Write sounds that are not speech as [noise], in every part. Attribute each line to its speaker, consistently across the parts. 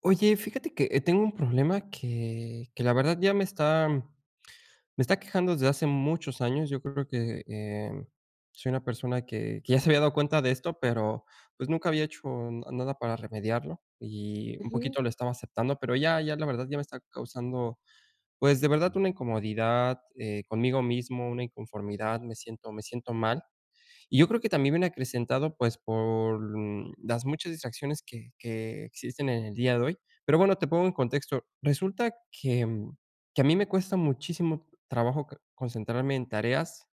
Speaker 1: Oye, fíjate que, tengo un problema que la verdad ya me está quejando desde hace muchos años. Yo creo que, soy una persona que ya se había dado cuenta de esto, pero, pues, nunca había hecho na nada para remediarlo, y un
Speaker 2: Ujú,
Speaker 1: poquito lo estaba aceptando, pero ya la verdad ya me está causando, pues, de verdad una incomodidad, conmigo mismo, una inconformidad, me siento mal. Y yo creo que también viene acrecentado, pues, por, las muchas distracciones que existen en el día de hoy. Pero bueno, te pongo en contexto. Resulta que, que a mí me cuesta muchísimo trabajo c concentrarme en tareas,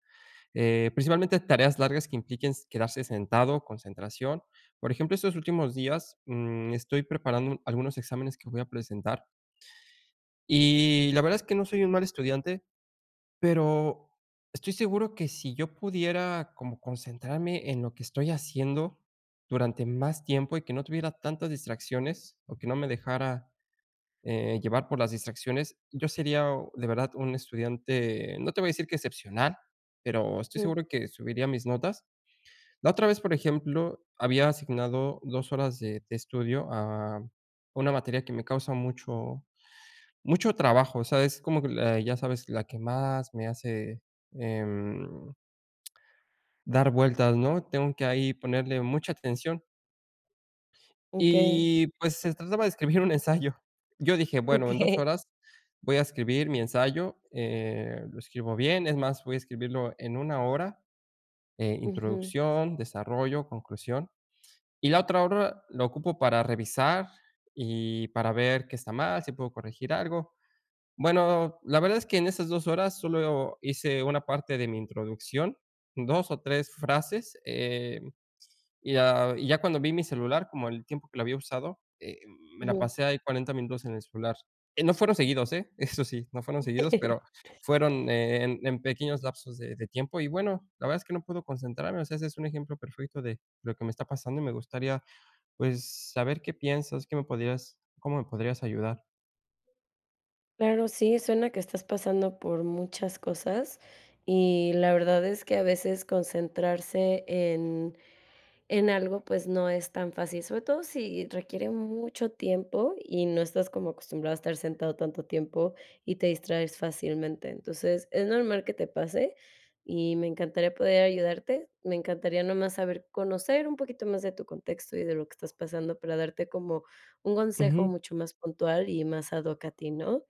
Speaker 1: principalmente tareas largas que impliquen s quedarse sentado, concentración. Por ejemplo, estos últimos días, estoy preparando algunos exámenes que voy a presentar, y la verdad es que no soy un mal estudiante, pero estoy seguro que si yo pudiera como concentrarme en lo que estoy haciendo durante más tiempo y que no tuviera tantas distracciones o que no me dejara, llevar por las distracciones, yo sería de verdad un estudiante, no te voy a decir que excepcional, pero estoy
Speaker 2: ujú.
Speaker 1: seguro que subiría mis notas. La otra vez, por ejemplo, había asignado 2 horas de estudio a una materia que me causa mucho mucho trabajo, o sea, es como que la, ya sabes, la que más me hace, em, dar vueltas, ¿no? Tengo que ahí ponerle mucha atención.
Speaker 2: Okey,
Speaker 1: Y, pues, se trataba de escribir un ensayo. Yo dije: "Bueno, en 2
Speaker 2: okey.
Speaker 1: horas voy a escribir mi ensayo, lo escribo bien, es más, voy a escribirlo en 1 hora,
Speaker 2: Ujú,
Speaker 1: introducción, desarrollo, conclusión, y la otra hora la ocupo para revisar y para ver qué está mal, si puedo corregir algo". Bueno, la verdad es que en esas 2 horas solo hice una parte de mi introducción, 2 o 3 frases, y ya cuando vi mi celular, como el tiempo que lo había usado, me la
Speaker 2: ujú.
Speaker 1: pasé ahí 40 minutos en el celular. No fueron seguidos, ¿eh? [laughs] Eso sí, no fueron seguidos, pero
Speaker 2: [laughs]
Speaker 1: fueron en pequeños lapsos de tiempo. Y bueno, la verdad es que no puedo concentrarme, o sea, ese es un ejemplo perfecto de lo que me está pasando y me gustaría, pues, saber qué piensas, qué me podrías, cómo me podrías ayudar.
Speaker 2: Claro, sí, suena que estás pasando por muchas cosas, y la verdad es que a veces concentrarse en algo, pues no es tan fácil, sobre todo si requiere mucho tiempo y no estás como acostumbrado a estar sentado tanto tiempo y te distraes fácilmente. Entonces, es normal que te pase y me encantaría poder ayudarte. Me encantaría nomás saber conocer un poquito más de tu contexto y de lo que estás pasando para darte como un consejo
Speaker 1: Ujú,
Speaker 2: mucho más puntual y más ad hoc a ti, ¿no?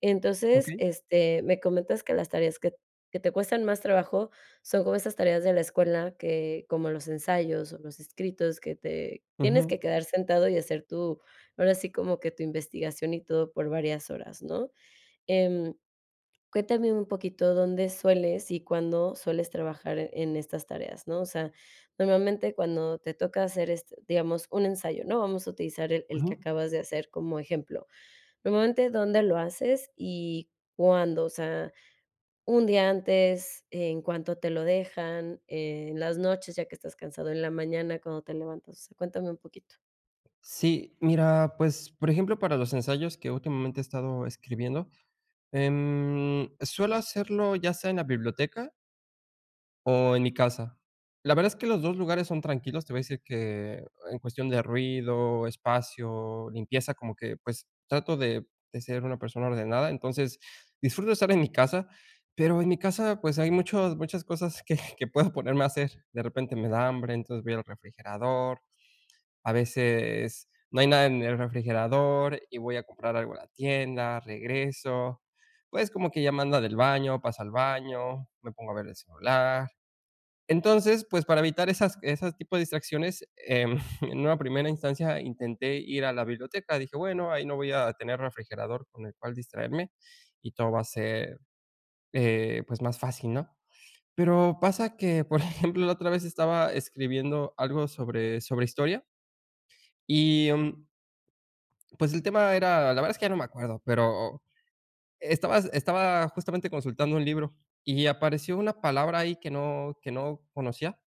Speaker 2: Entonces,
Speaker 1: okey.
Speaker 2: este, me comentas que las tareas que te cuestan más trabajo son como esas tareas de la escuela que, como los ensayos o los escritos que te
Speaker 1: Ujú,
Speaker 2: tienes que quedar sentado y hacer tu, ahora sí como que tu investigación y todo por varias horas, ¿no? Em, cuéntame un poquito dónde sueles y cuándo sueles trabajar en estas tareas, ¿no? O sea, normalmente cuando te toca hacer, este, digamos, un ensayo, ¿no? Vamos a utilizar el que
Speaker 1: ujú.
Speaker 2: acabas de hacer como ejemplo. Normalmente, ¿dónde lo haces y cuándo? O sea, un día antes, en cuanto te lo dejan, en las noches, ya que estás cansado, en la mañana cuando te levantas. O sea, cuéntame un poquito.
Speaker 1: Sí, mira, pues, por ejemplo, para los ensayos que últimamente he estado escribiendo, suelo hacerlo ya sea en la biblioteca o en mi casa. La verdad es que los 2 lugares son tranquilos, te voy a decir que en cuestión de ruido, espacio, limpieza, como que, pues, trato de ser una persona ordenada, entonces, disfruto estar en mi casa, pero en mi casa, pues, hay muchos muchas cosas que [laughs] que puedo ponerme a hacer. De repente me da hambre, entonces voy al refrigerador. A veces no hay nada en el refrigerador y voy a comprar algo a la tienda, regreso, pues, como que ya me anda del baño, pasa al baño, me pongo a ver el celular. Entonces, pues, para evitar esas tipo de distracciones, [laughs] en una primera instancia intenté ir a la biblioteca. Dije: "Bueno, ahí no voy a tener refrigerador con el cual distraerme y todo va a ser, pues, más fácil", ¿no? Pero pasa que, por [laughs] ejemplo, la otra vez estaba escribiendo algo sobre historia y, pues el tema era, la verdad es que ya no me acuerdo, pero estaba justamente consultando un libro y apareció una palabra ahí que no conocía,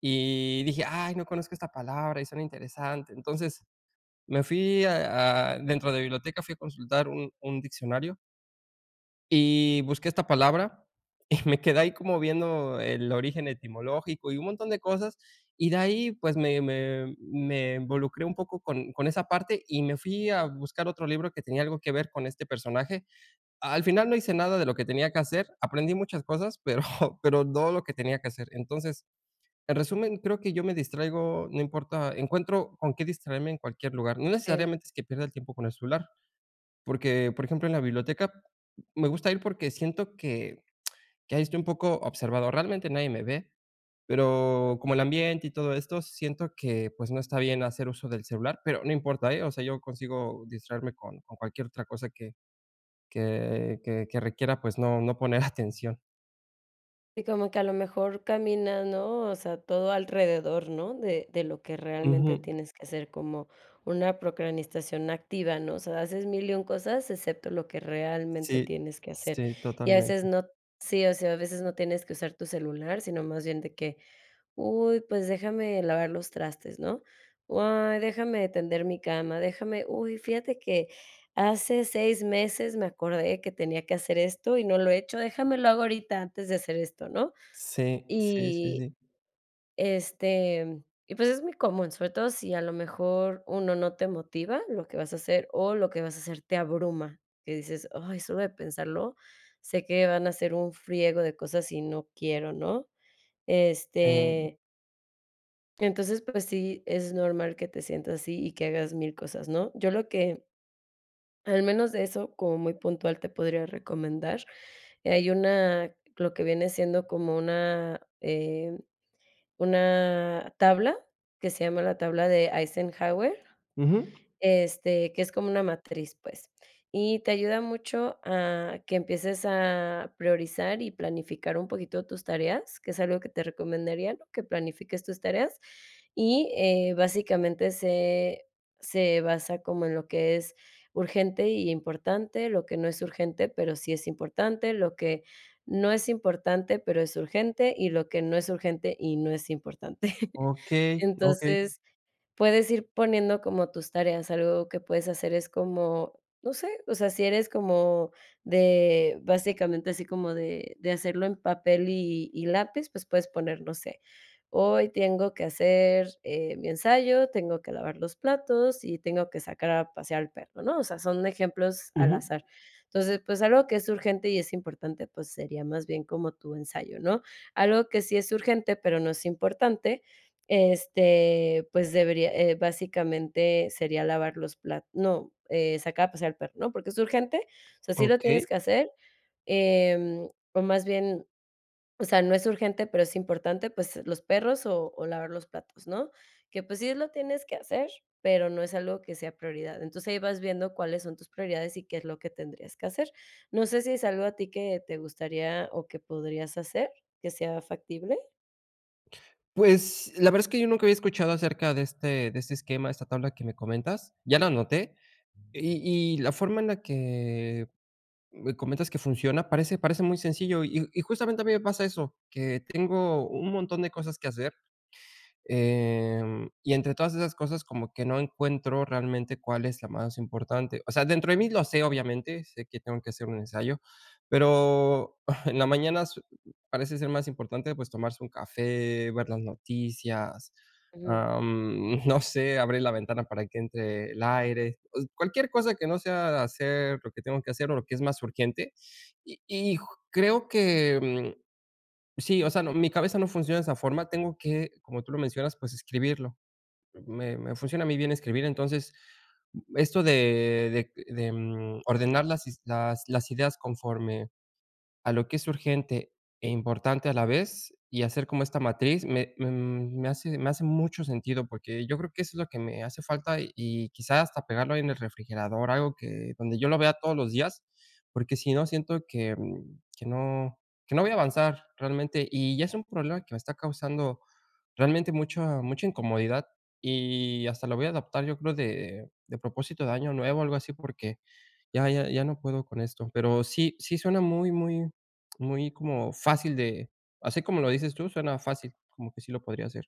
Speaker 1: y dije: "Ay, no conozco esta palabra y suena interesante". Entonces, me fui a dentro de la biblioteca, fui a consultar un diccionario y busqué esta palabra [laughs] y me quedé ahí como viendo el origen etimológico y un montón de cosas, y de ahí, pues, me involucré un poco con esa parte y me fui a buscar otro libro que tenía algo que ver con este personaje. Al final no hice nada de lo que tenía que hacer, aprendí muchas cosas, pero [laughs] pero no lo que tenía que hacer. Entonces, en resumen, creo que yo me distraigo, no importa, encuentro con qué distraerme en cualquier lugar. No
Speaker 2: Okey.
Speaker 1: necesariamente es que pierda el tiempo con el celular. Porque, por ejemplo, en la biblioteca me gusta ir porque siento que ahí estoy un poco observado. Realmente nadie me ve, pero como el ambiente y todo esto, siento que, pues, no está bien hacer uso del celular, pero no importa, ¿eh? O sea, yo consigo distraerme con cualquier otra cosa que requiera, pues, no poner [laughs] atención.
Speaker 2: Y como que a lo mejor caminas, ¿no? O sea, todo alrededor, ¿no? De lo que realmente
Speaker 1: Ujú.
Speaker 2: tienes que hacer, como una procrastinación activa, ¿no? O sea, haces mil y un cosas, excepto lo que realmente
Speaker 1: Sí,
Speaker 2: tienes que hacer.
Speaker 1: sí,
Speaker 2: Y a veces
Speaker 1: totalmente.
Speaker 2: no, sí, o sea, a veces no tienes que usar tu celular, sino más bien de que: uy, pues déjame lavar los trastes, ¿no? Ay, déjame tender mi cama, déjame, uy, fíjate que hace 6 meses me acordé que tenía que hacer esto y no lo he hecho, déjame lo hago ahorita antes de hacer esto, ¿no?
Speaker 1: Sí, sí, sí,
Speaker 2: Y
Speaker 1: sí.
Speaker 2: este, y pues es muy común, sobre todo si a lo mejor uno no te motiva lo que vas a hacer o lo que vas a hacer te abruma, que dices, ay, solo de pensarlo, sé que van a ser un friego de cosas y no quiero, ¿no?
Speaker 1: Mm.
Speaker 2: Este, entonces, pues sí, es normal que te sientas así y que hagas mil cosas, ¿no? Yo lo que, al menos de eso, como muy puntual, te podría recomendar, hay una, lo que viene siendo como una tabla que se llama la tabla de Eisenhower.
Speaker 1: Ujú.
Speaker 2: Este, que es como una matriz, pues, y te ayuda mucho a que empieces a priorizar y planificar un poquito tus tareas, que es algo que te recomendaría, ¿no? Que planifiques tus tareas y, básicamente se basa como en lo que es urgente y importante, lo que no es urgente, pero sí es importante, lo que no es importante, pero es urgente, y lo que no es urgente y no es importante. [laughs]
Speaker 1: Okey, okey.
Speaker 2: Entonces, puedes ir poniendo como tus tareas, algo que puedes hacer es como, no sé, o sea, si eres como de, básicamente así como de hacerlo en papel y lápiz, pues puedes poner, no sé, hoy tengo que hacer, mi ensayo, tengo que lavar los platos y tengo que sacar a pasear al perro, ¿no? O sea, son ejemplos al
Speaker 1: Ujú.
Speaker 2: azar. Entonces, pues algo que es urgente y es importante, pues sería más bien como tu ensayo, ¿no? Algo que sí es urgente, pero no es importante, este, pues debería, básicamente sería lavar los platos no, sacar a pasear al perro, ¿no? Porque es urgente, o sea, sí lo
Speaker 1: Okey.
Speaker 2: tienes que hacer, o más bien, o sea, no es urgente, pero es importante, pues, los perros o lavar los platos, ¿no? Que, pues, sí lo tienes que hacer, pero no es algo que sea prioridad. Entonces, ahí vas viendo cuáles son tus prioridades y qué es lo que tendrías que hacer. No sé si es algo a ti que te gustaría o que podrías hacer, que sea factible.
Speaker 1: Pues, la verdad es que yo nunca había escuchado acerca de este esquema, esta tabla que me comentas, ya la anoté, y la forma en la que me comentas que funciona parece parece muy sencillo, y justamente a mí me pasa eso, que tengo un montón de cosas que hacer. Y entre todas esas cosas, como que no encuentro realmente cuál es la más importante. O sea, dentro de mí lo sé, obviamente, sé que tengo que hacer un ensayo, pero [laughs] en la mañana parece ser más importante, pues, tomarse un café, ver las noticias, [laughs] no sé, abrir la ventana para que entre el aire, o cualquier cosa que no sea hacer lo que tengo que hacer o lo que es más urgente. Y creo que sí, o sea, no, mi cabeza no funciona de esa forma, tengo que, como tú lo mencionas, pues escribirlo. Me funciona a mí bien escribir, entonces, esto de ordenar las is las ideas conforme a lo que es urgente e importante a la vez, y hacer como esta matriz me me hace mucho sentido, porque yo creo que eso es lo que me hace falta y quizás hasta pegarlo ahí en el refrigerador, algo, que donde yo lo vea todos los días, porque si no siento que, que no voy a avanzar realmente, y ya es un problema que me está causando realmente mucha mucha incomodidad, y hasta lo voy a adaptar, yo creo, de propósito de año nuevo, algo así, porque ya no puedo con esto, pero sí sí suena muy como fácil de, así como lo dices tú, suena fácil, como que sí lo podría hacer.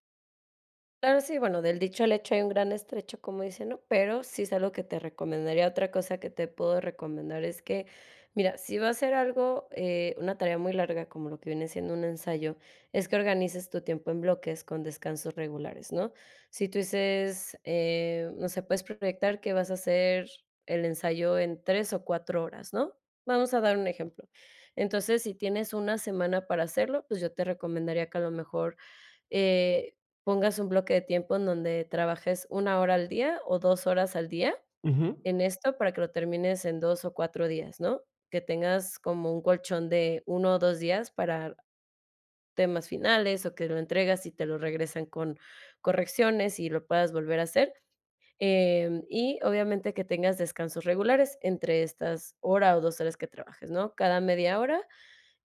Speaker 2: Claro, sí, bueno, del dicho al hecho hay un gran estrecho, como dicen, ¿no? Pero sí es algo que te recomendaría. Otra cosa que te puedo recomendar es que, mira, si va a ser algo, una tarea muy larga, como lo que viene siendo un ensayo, es que organices tu tiempo en bloques con descansos regulares, ¿no? Si tú dices, no sé, puedes proyectar que vas a hacer el ensayo en 3 o 4 horas, ¿no? Vamos a dar un ejemplo. Entonces, si tienes una semana para hacerlo, pues yo te recomendaría que a lo mejor eh, pongas un bloque de tiempo en donde trabajes 1 hora al día o 2 horas al día
Speaker 1: Ujú.
Speaker 2: en esto para que lo termines en 2 o 4 días, ¿no? Que tengas como un colchón de 1 o 2 días para temas finales o que lo entregas y te lo regresan con correcciones y lo puedas volver a hacer, em, y obviamente que tengas descansos regulares entre estas hora o 2 horas que trabajes, ¿no? Cada media hora.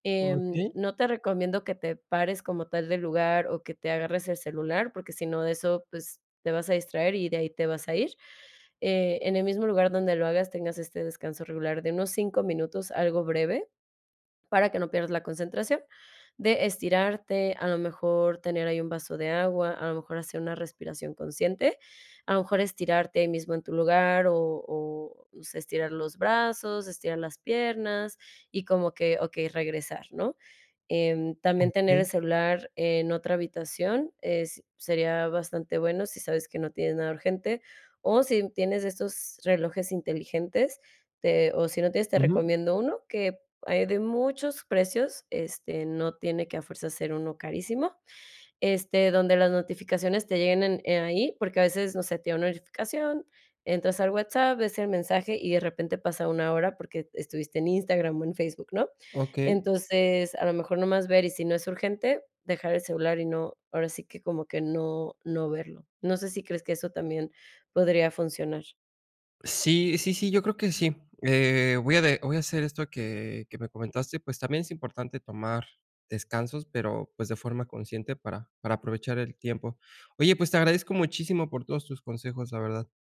Speaker 1: Okey,
Speaker 2: No te recomiendo que te pares como tal del lugar o que te agarres el celular, porque si no, de eso, pues, te vas a distraer y de ahí te vas a ir. En el mismo lugar donde lo hagas, tengas este descanso regular de unos 5 minutos, algo breve, para que no pierdas la concentración, de estirarte, a lo mejor tener ahí un vaso de agua, a lo mejor hacer una respiración consciente, a lo mejor estirarte ahí mismo en tu lugar o, no sé, estirar los brazos, estirar las piernas y como que, ok, regresar, ¿no? Em, también tener el
Speaker 1: okey.
Speaker 2: celular en otra habitación, es sería bastante bueno si sabes que no tienes nada urgente, o si tienes estos relojes inteligentes, te o si no tienes, te
Speaker 1: Ujú.
Speaker 2: recomiendo uno que hay de muchos precios, este, no tiene que a fuerza ser uno carísimo, este, donde las notificaciones te lleguen en ahí, porque a veces, no sé, te da una notificación, entras al WhatsApp, ves el mensaje y de repente pasa una hora porque estuviste en Instagram o en Facebook, ¿no?
Speaker 1: Okey.
Speaker 2: Entonces, a lo mejor nomás ver y si no es urgente, dejar el celular y no, ahora sí que como que no verlo. No sé si crees que eso también podría funcionar.
Speaker 1: Sí, sí, sí, yo creo que sí. Voy a de voy a hacer esto que me comentaste, pues, también es importante tomar descansos, pero, pues, de forma consciente para aprovechar el tiempo. Oye, pues, te agradezco muchísimo por todos tus consejos, la verdad.